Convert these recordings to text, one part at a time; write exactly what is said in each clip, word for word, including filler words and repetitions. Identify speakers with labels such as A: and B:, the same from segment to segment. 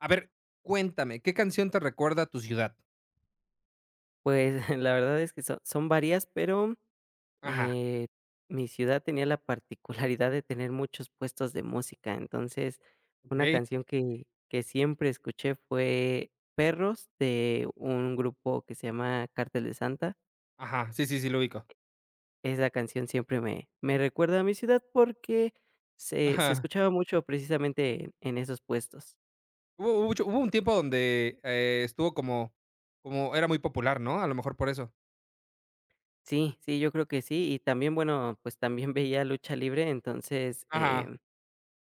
A: A ver, cuéntame, ¿qué canción te recuerda a tu ciudad?
B: Pues, la verdad es que son son varias, pero,
A: Ajá.
B: eh, mi ciudad tenía la particularidad de tener muchos puestos de música. Entonces, una
A: Okey.
B: canción que que siempre escuché fue Perros, de un grupo que se llama Cártel de Santa.
A: Ajá, sí, sí, sí, lo ubico.
B: Esa canción siempre me me recuerda a mi ciudad porque se se
A: Ajá.
B: escuchaba mucho precisamente en en esos puestos.
A: Hubo hubo mucho hubo un tiempo donde, eh, estuvo como como era muy popular, ¿no? A lo mejor por eso.
B: Sí, sí, yo creo que sí. Y también, bueno, pues, también veía lucha libre, entonces.
A: Ajá.
B: em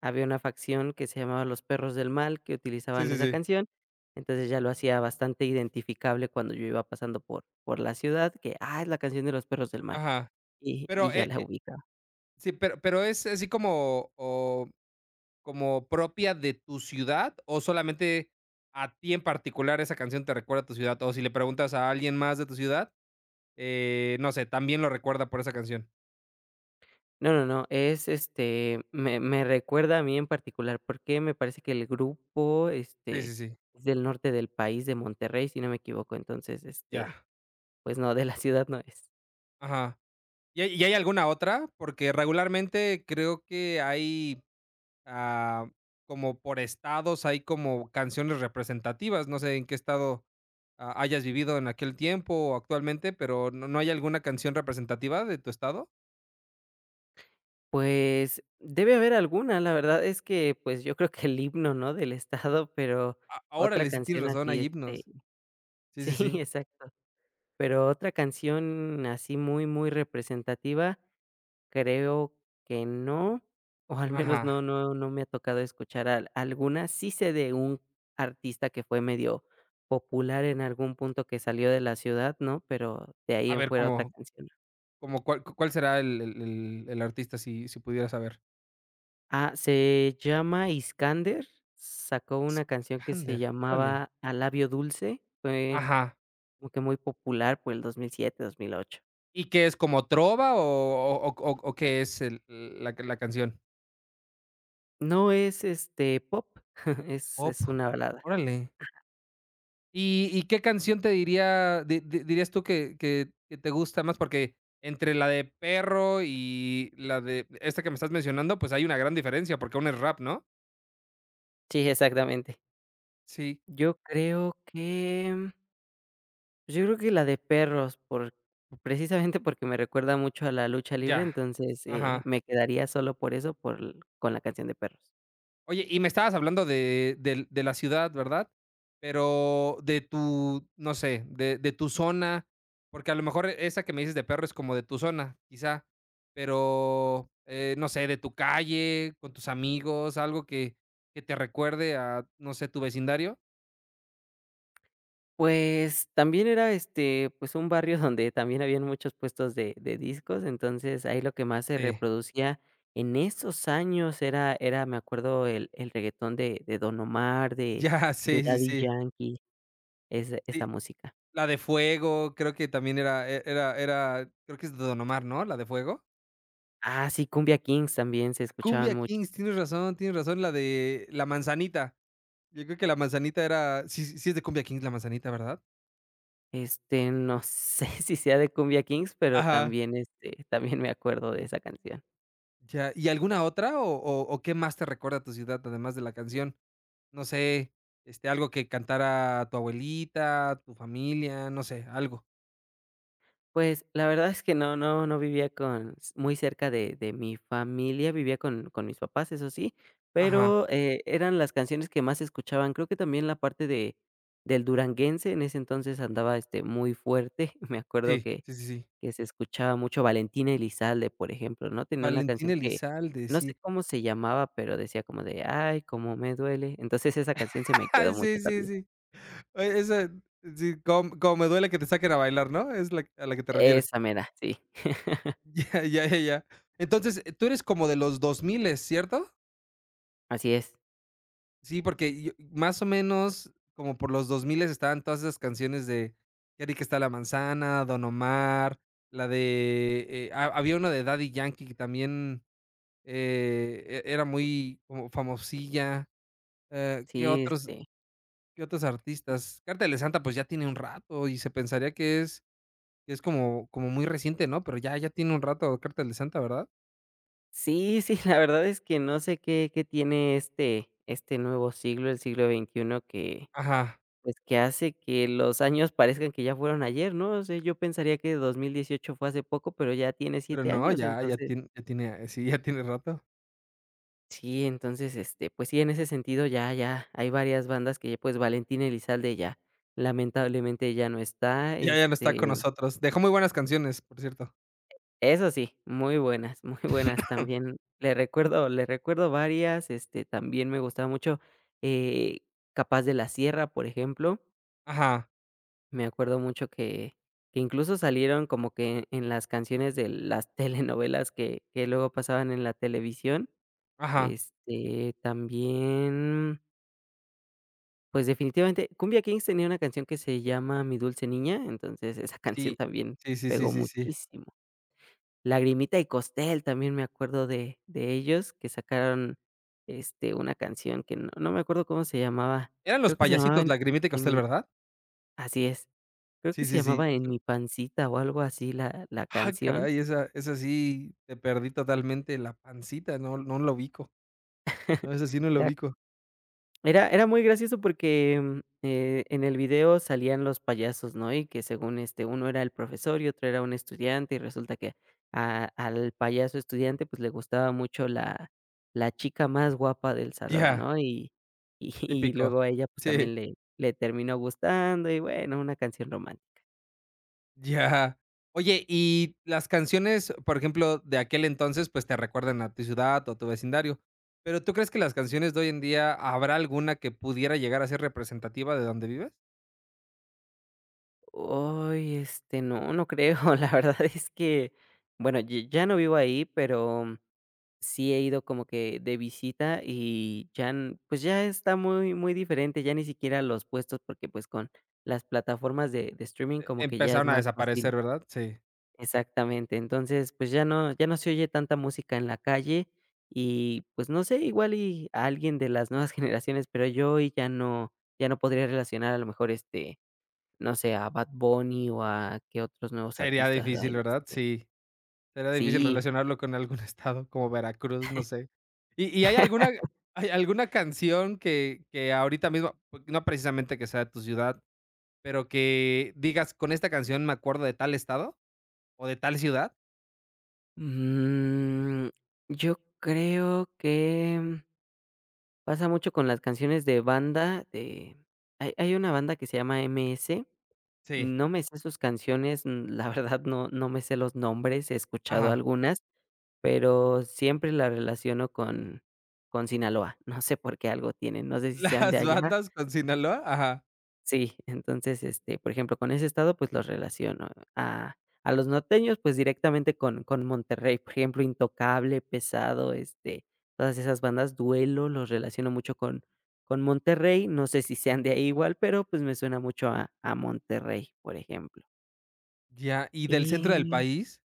B: Había una facción que se llamaba Los Perros del Mal, que
A: Sí,
B: utilizaban
A: sí,
B: esa
A: sí.
B: canción. Entonces ya lo hacía bastante identificable cuando yo iba pasando por por la ciudad, que, ah, es la canción de Los Perros del Mal,
A: Ajá.
B: y y
A: Pero,
B: ya
A: eh
B: la
A: eh,
B: ubicaba.
A: sí, pero pero, ¿es así como o como propia de tu ciudad, o solamente a ti en particular esa canción te recuerda a tu ciudad? O si le preguntas a alguien más de tu ciudad, eh, no sé, también lo recuerda por esa canción.
B: No, no, no, es, este, me me recuerda a mí en particular, porque me parece que el grupo,
A: Sí,
B: este,
A: sí, sí.
B: es del norte del país, de Monterrey, si no me equivoco. Entonces, este,
A: Ya.
B: pues no, de la ciudad no es.
A: Ajá. ¿Y hay y hay alguna otra? Porque regularmente creo que hay, ah, como por estados, hay como canciones representativas. No sé en qué estado, ah, hayas vivido en aquel tiempo o actualmente, pero ¿no no hay alguna canción representativa de tu estado?
B: Pues, debe haber alguna, la verdad es que, pues, yo creo que el himno, ¿no?, del estado. Pero
A: ahora
B: otra
A: órale, sí tienes
B: canción
A: razón,
B: así,
A: hay
B: este
A: himnos. Sí,
B: sí,
A: sí, sí.
B: exacto, pero otra canción así muy, muy representativa, creo que no, o al menos
A: Ajá.
B: no no no me ha tocado escuchar al alguna. Sí sé de un artista que fue medio popular en algún punto que salió de la ciudad, ¿no?, pero de ahí
A: A
B: en
A: ver,
B: fuera otra
A: ¿cómo
B: canción.
A: cómo cuál cu- cuál será el el el el artista si si pudieras saber?
B: Ah, se llama Iskander, sacó una canción que se
A: Iskander, órale.
B: llamaba A labio dulce, fue
A: Ajá.
B: como que muy popular por el dos mil siete, dos mil ocho.
A: ¿Y qué es como trova o o o o qué es el la la canción?
B: No es, este, pop, es
A: Pop.
B: es una balada.
A: Órale. ¿Y y qué canción te diría di di dirías tú que que que te gusta más? Porque entre la de Perro y la de esta que me estás mencionando, pues hay una gran diferencia, porque una es rap, ¿no?
B: Sí, exactamente.
A: Sí,
B: Yo
A: eh,
B: creo que pues, yo creo que la de Perros, por precisamente porque me recuerda mucho a la lucha libre,
A: ya.
B: entonces, eh,
A: Ajá.
B: me quedaría solo por eso, por l- con la canción de Perros.
A: Oye, y me estabas hablando de del de la ciudad, ¿verdad? Pero de tu, no sé, de de tu zona, porque a lo mejor esa que me dices de perro es como de tu zona, quizá, pero, eh, no sé, de tu calle, con tus amigos, algo que que te recuerde a, no sé, tu vecindario.
B: Pues, también era, este, pues, un barrio donde también habían muchos puestos de de discos. Entonces, ahí lo que más se
A: Sí,
B: reproducía en esos años era era, me acuerdo, el el reggaetón de de Don Omar, de
A: ya,
B: de
A: sí, sí,
B: Daddy
A: sí,
B: Yankee, esa esa
A: sí.
B: música.
A: La de Fuego, creo que también era e era era creo que es de Don Omar, ¿no? ¿La de Fuego?
B: Ah, sí, Cumbia Kings también se
A: Ah,
B: escuchaban
A: Cumbia
B: mucho.
A: Kings, tienes razón, tienes razón, la de La Manzanita. Yo creo que la manzanita era sí sí sí es de Cumbia Kings la manzanita, ¿verdad?
B: Este, no sé si sea de Cumbia Kings, pero
A: Ajá.
B: también, este, también me acuerdo de esa canción.
A: Ya, ¿y alguna otra o o o qué más te recuerda a tu ciudad, además de la canción? No sé, este, algo que cantara tu abuelita, tu familia, no sé, algo.
B: Pues, la verdad es que no no no vivía con s muy cerca de de mi familia, vivía con con mis papás, eso sí,
A: Ajá,
B: pero, eh, eran las canciones que más escuchaban. Creo que también la parte de del duranguense, en ese entonces andaba, este, muy fuerte. Me acuerdo
A: sí,
B: que
A: sí, sí, sí.
B: que se escuchaba mucho Valentina Elizalde, por ejemplo, ¿no? Tenía una
A: Valentín
B: canción que
A: Elizalde,
B: no sé
A: sí.
B: cómo se llamaba, pero decía como de: "Ay, cómo me duele". Entonces, esa canción se me quedó mucho
A: Sí, sí,
B: también.
A: sí. Oye, esa sí, como como me duele que te saquen a bailar, ¿no? Es la a la que te refieres.
B: Esa mera, sí.
A: Ya, ya, ya, ya. Entonces, tú eres como de los dos mil, ¿cierto?
B: Así es.
A: Sí, porque yo más o menos como por los dos mil estaban todas esas canciones de Qué rica está la manzana, Don Omar, la de, eh, ha había una de Daddy Yankee que también, eh, e era muy como famosilla, eh, ¿qué
B: Sí,
A: otros
B: este
A: qué otros artistas? Carta de Santa, pues, ya tiene un rato y se pensaría que es que es como como muy reciente, ¿no? Pero ya ya tiene un rato Carta de Santa, ¿verdad?
B: Sí, sí, la verdad es que no sé qué qué tiene este este nuevo siglo, el siglo veintiuno, que,
A: Ajá,
B: pues, que hace que los años parezcan que ya fueron ayer, ¿no? O sea, yo pensaría que dos mil dieciocho fue hace poco, pero ya tiene
A: pero
B: siete
A: no,
B: años,
A: ya ya
B: entonces
A: tiene ya tiene, sí, ya tiene rato.
B: sí. Entonces, este, pues sí, en ese sentido ya ya hay varias bandas que, pues, Valentín Elizalde ya lamentablemente ya no está.
A: Ya ya no está con
B: este
A: nosotros. Dejó muy buenas canciones, por cierto.
B: Eso sí, muy buenas, muy buenas también. Le recuerdo le recuerdo varias, este, también me gustaba mucho, eh, Capaz de la Sierra, por ejemplo.
A: Ajá,
B: Me acuerdo mucho que que incluso salieron como que en las canciones de las telenovelas que que luego pasaban en la televisión.
A: ajá.
B: Este, también, pues, definitivamente, Cumbia Kings tenía una canción que se llama Mi Dulce Niña, entonces esa canción
A: Sí.
B: también
A: Sí, sí, sí,
B: pegó
A: sí, sí.
B: muchísimo. Lagrimita y Costel también me acuerdo de de ellos, que sacaron, este, una canción que no no me acuerdo cómo se llamaba,
A: Eran Los
B: creo que se llamaba
A: Payasitos,
B: En
A: Lagrimita y
B: en mi
A: Costeles, ¿verdad?
B: así es, creo que
A: Sí,
B: se
A: sí, sí.
B: llamaba En mi pancita o algo así la la
A: Ah,
B: canción.
A: caray, esa esa sí te perdí totalmente la pancita, no no lo ubico. No, esa sí no la
B: era
A: ubico.
B: Era era muy gracioso porque, mm, eh, en el video salían los payasos, ¿no? Y que según, este, uno era el profesor y otro era un estudiante, y resulta que a al payaso estudiante, pues, le gustaba mucho la la chica más guapa del salón,
A: Ya,
B: ¿no? Y y y
A: típico.
B: luego a ella, pues,
A: Sí,
B: también le le terminó gustando y, bueno, una canción romántica.
A: ya. Oye, y las canciones, por ejemplo, de aquel entonces, pues, te recuerdan a tu ciudad o a tu vecindario, pero, ¿tú crees que las canciones de hoy en día habrá alguna que pudiera llegar a ser representativa de donde vives?
B: Ay, este, no, no creo. La verdad es que, bueno, y ya no vivo ahí, pero sí he ido como que de visita y ya n pues, ya está muy muy diferente, ya ni siquiera los puestos, porque, pues, con las plataformas de de streaming como
A: E
B: que ya es
A: empezaron a
B: más fácil
A: desaparecer, ¿verdad? Sí.
B: exactamente. Entonces, pues, ya no ya no se oye tanta música en la calle y, pues, no sé, igual y a alguien de las nuevas generaciones, pero yo hoy ya no ya no podría relacionar a lo mejor, este, no sé, a Bad Bunny o a qué otros nuevos
A: Sería
B: artistas hay,
A: difícil, ¿verdad?
B: este
A: Sí. Sería difícil
B: sí.
A: relacionarlo con algún estado como Veracruz, no sé. ¿Y y hay alguna hay alguna canción que que ahorita mismo, pues, no precisamente que sea de tu ciudad, pero que digas: "Con esta canción me acuerdo de tal estado o de tal ciudad"?
B: Mm, yo creo que pasa mucho con las canciones de banda, de hay hay una banda que se llama M S,
A: Sí.
B: no me sé sus canciones, mm, la verdad no no me sé los nombres, he escuchado
A: Ajá.
B: algunas, pero siempre la relaciono con con Sinaloa, no sé por qué algo tienen, no sé si sean de
A: Las
B: allá.
A: bandas con Sinaloa, ajá.
B: Sí, entonces, este, por ejemplo, con ese estado, pues, los relaciono a a los norteños, pues, directamente con con Monterrey, por ejemplo, Intocable, Pesado, este, todas esas bandas, Duelo, los relaciono mucho con con Monterrey, no sé si sean de ahí igual, pero, pues, me suena mucho a a Monterrey, por ejemplo.
A: Ya, ¿y del centro del
B: Y
A: país?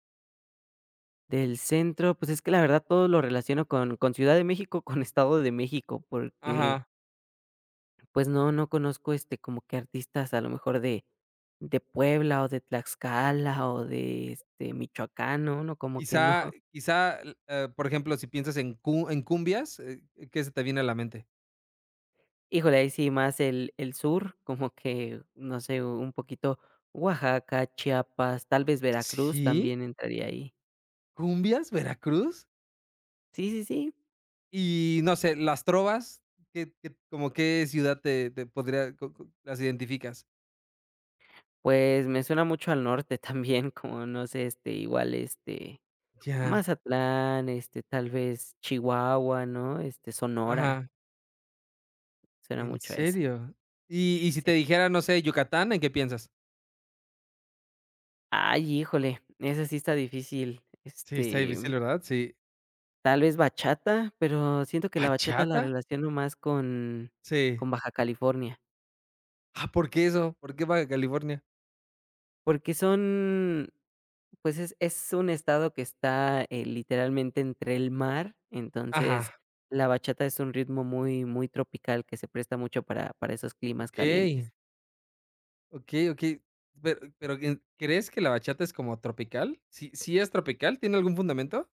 B: del centro, pues, es que la verdad todo lo relaciono con con Ciudad de México, con Estado de México, porque
A: Ajá.
B: pues no, no conozco, este, como que artistas a lo mejor de de Puebla, o de Tlaxcala, o de, este, Michoacán, no, no, como que no.
A: Quizá quizá, l- eh, por ejemplo, si piensas en cu en cumbias, eh, ¿qué se te viene a la mente?
B: Híjole, ahí sí más el el sur, como que, no sé, un poquito Oaxaca, Chiapas, tal vez Veracruz
A: Sí,
B: también entraría ahí.
A: cumbias, Veracruz
B: Sí, sí, sí,
A: y no sé, las trovas, ¿qué qué como qué ciudad te te podría co co las identificas?
B: pues me suena mucho al norte también, como no sé, este, igual, este,
A: Ya,
B: Mazatlán, este, tal vez Chihuahua, ¿no? Este, Sonora,
A: ajá,
B: suena
A: ¿en
B: mucho a eso.
A: serio? Y y si
B: Sí.
A: te dijera, no sé, Yucatán, ¿en qué piensas?
B: Ay, híjole, esa sí está difícil.
A: Sí, está
B: Este,
A: difícil, ¿verdad? Sí.
B: tal vez bachata, pero siento que la bachata la
A: ¿Bachata?
B: relaciono más con
A: Sí.
B: con Baja California,
A: Ah, ¿por qué eso? ¿Por qué Baja California?
B: porque son, pues, es es un estado que está, eh, literalmente entre el mar,
A: Ajá,
B: entonces, la bachata es un ritmo muy muy tropical que se presta mucho para para esos climas
A: okey,
B: calientes.
A: okey, okey. Pero pero, ¿en crees que la bachata es como tropical? ¿Sí sí es tropical? ¿Tiene algún fundamento?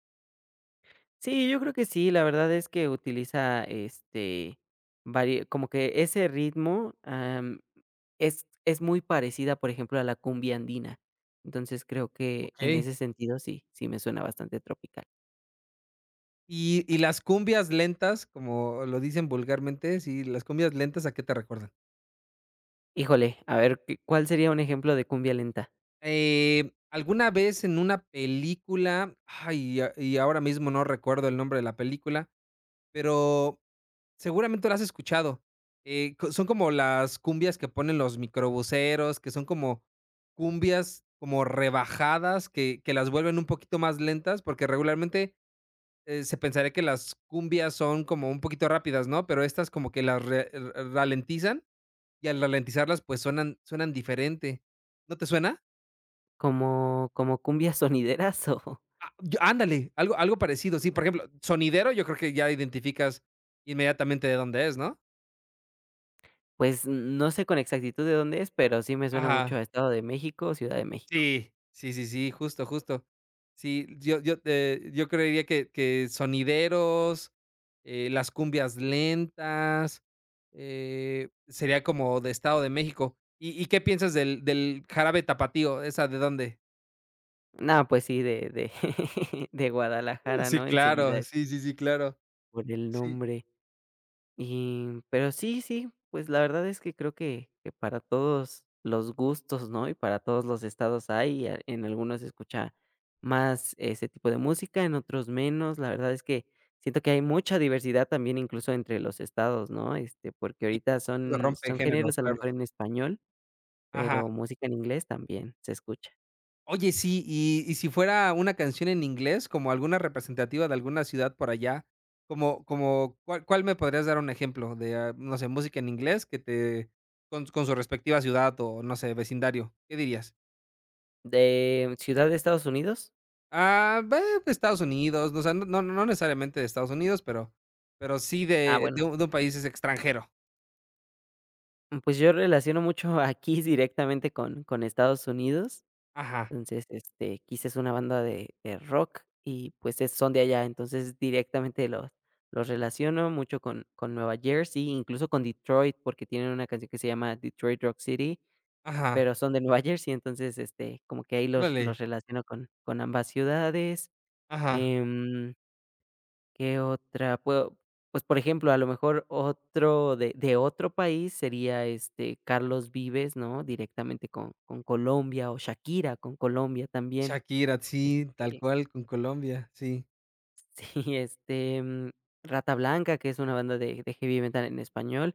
B: Sí, yo creo que sí, la verdad es que utiliza, este, vari como que ese ritmo, am, es es muy parecida, por ejemplo, a la cumbia andina. Entonces, creo que en
A: Okey.
B: ese sentido sí, sí me suena bastante tropical.
A: Y y las cumbias lentas, como lo dicen vulgarmente, sí, las cumbias lentas, ¿a qué te recuerdan?
B: Híjole, a ver, ¿qué cuál sería un ejemplo de cumbia lenta?
A: Eh, alguna vez en una película, ay, y a y ahora mismo no recuerdo el nombre de la película, pero seguramente lo has escuchado. Eh, co son como las cumbias que ponen los microbuseros, que son como cumbias como rebajadas, que que las vuelven un poquito más lentas, porque regularmente. Eh, se pensaría que las cumbias son como un poquito rápidas, ¿no? Pero estas como que las re r ralentizan, y al ralentizarlas, pues, suenan suenan diferente, ¿no te suena?
B: ¿Como como cumbia sonideras o?
A: Ah, yo ándale, algo algo parecido, sí, por ejemplo, sonidero, yo creo que ya identificas inmediatamente de dónde es, ¿no?
B: Pues, no sé con exactitud de dónde es, pero sí me suena mucho
A: Ajá.
B: a Estado de México o Ciudad de México.
A: Sí, sí, sí, sí, justo, justo. Sí, yo yo, eh, yo creería que que sonideros, eh, las cumbias lentas, eh, sería como de Estado de México. ¿Y y qué piensas del del jarabe tapatío? ¿Esa de dónde?
B: No, pues sí, de de de Guadalajara,
A: Sí,
B: ¿no? Enseguida
A: claro.
B: es
A: Sí, sí, sí, claro.
B: por el
A: Sí,
B: nombre. Y, pero sí, sí, pues la verdad es que creo que, que para todos los gustos, ¿no? Y para todos los estados hay, a- en algunos se escucha más ese tipo de música, en otros menos. La verdad es que siento que hay mucha diversidad también incluso entre los estados, ¿no? Este, porque ahorita
A: se
B: son,
A: rompe el
B: son
A: género,
B: géneros a lo
A: claro.
B: mejor en español,
A: Ajá.
B: pero música en inglés también se escucha.
A: Oye, sí, y y si fuera una canción en inglés, como alguna representativa de alguna ciudad por allá, como como, ¿cuál cuál me podrías dar un ejemplo de, ah, no sé, música en inglés que te con con su respectiva ciudad o, no sé, vecindario? ¿Qué dirías?
B: ¿De Ciudad de Estados Unidos?
A: Ah, ve, pues, Estados Unidos, no, o sea, no no no necesariamente de Estados Unidos, pero pero sí
B: Ah,
A: de
B: bueno,
A: de un de un país es extranjero.
B: pues yo relaciono mucho aquí directamente con, con Estados Unidos.
A: Ajá,
B: Entonces, este, Kiss es una banda de de rock y, pues, es son de allá, entonces directamente los los relaciono mucho con con Nueva Jersey, incluso con Detroit, porque tienen una canción que se llama Detroit Rock City,
A: ajá,
B: pero son de Nueva Jersey, entonces, este, como que ahí los los
A: órale,
B: relaciono con con ambas ciudades.
A: ajá.
B: Em, ¿Qué otra? Puedo pues, por ejemplo, a lo mejor otro de de otro país sería, este, Carlos Vives, ¿no? Directamente con con Colombia o Shakira con Colombia también.
A: Shakira, sí, tal
B: Este,
A: cual, con Colombia, sí.
B: sí, este, mm, Rata Blanca, que es una banda de de heavy metal en español,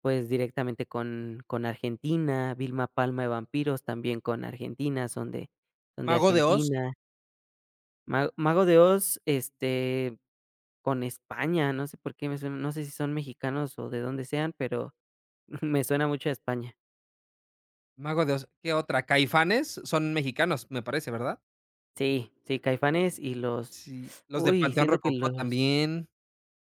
B: pues, directamente con con Argentina, Vilma Palma de Vampiros, también con Argentina, son de son de
A: Mago de Oz.
B: Argentina. Ma Mago de Oz, este, con España, no sé por qué me suena, no sé si son mexicanos o de dónde sean, pero me suena mucho a España.
A: Mago de Oz, ¿qué otra? Caifanes son mexicanos, me parece, ¿verdad?
B: Sí, sí, Caifanes y los,
A: Sí. Los de
B: uy,
A: Panteón
B: siento que
A: Rococó
B: los.
A: también.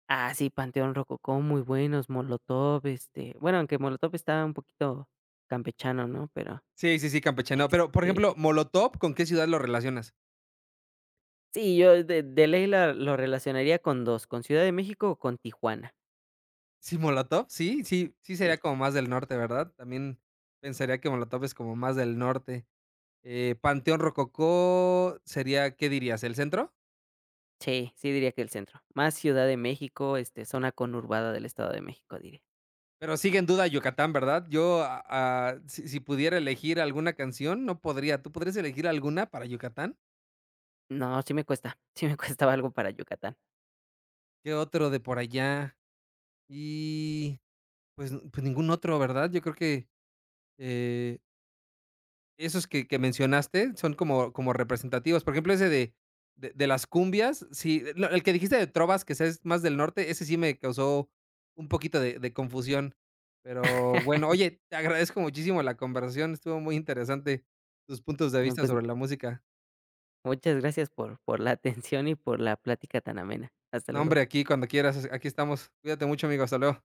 B: Ah, sí, Panteón Rococó, muy buenos, Molotov, este, bueno, aunque Molotov estaba un poquito campechano, ¿no? Pero,
A: Sí, sí, sí, campechano. Pero, por ejemplo,
B: este,
A: Molotov, ¿con qué ciudad lo relacionas?
B: sí, yo de de ley la lo relacionaría con dos, con Ciudad de México o con Tijuana.
A: Sí, Molotov, sí, sí, sí
B: Sí,
A: sería como más del norte, ¿verdad? También pensaría que Molotov es como más del norte. Eh, Panteón Rococó sería, ¿qué dirías? ¿El centro?
B: sí, sí diría que el centro. Más Ciudad de México, este, zona conurbada del Estado de México, diría.
A: Pero sigue en duda Yucatán, ¿verdad? Yo, ah, ah, si si pudiera elegir alguna canción, no podría. ¿Tú podrías elegir alguna para Yucatán?
B: No, sí me cuesta, sí me cuesta algo para Yucatán.
A: ¿Qué otro de por allá? Y Pues n- pues ningún otro, ¿verdad? Yo creo que, eh, esos que que mencionaste son como como representativos. Por ejemplo, ese de de de las cumbias, sí, no, el que dijiste de trovas, que sea es más del norte, ese sí me causó un poquito de de confusión. Pero bueno, oye, te agradezco muchísimo la conversación, estuvo muy interesante tus puntos de
B: No,
A: vista
B: pues,
A: sobre la música.
B: muchas gracias por por la atención y por la plática tan amena. Hasta
A: No,
B: luego.
A: hombre, aquí cuando quieras, aquí estamos. Cuídate mucho, amigo, hasta luego.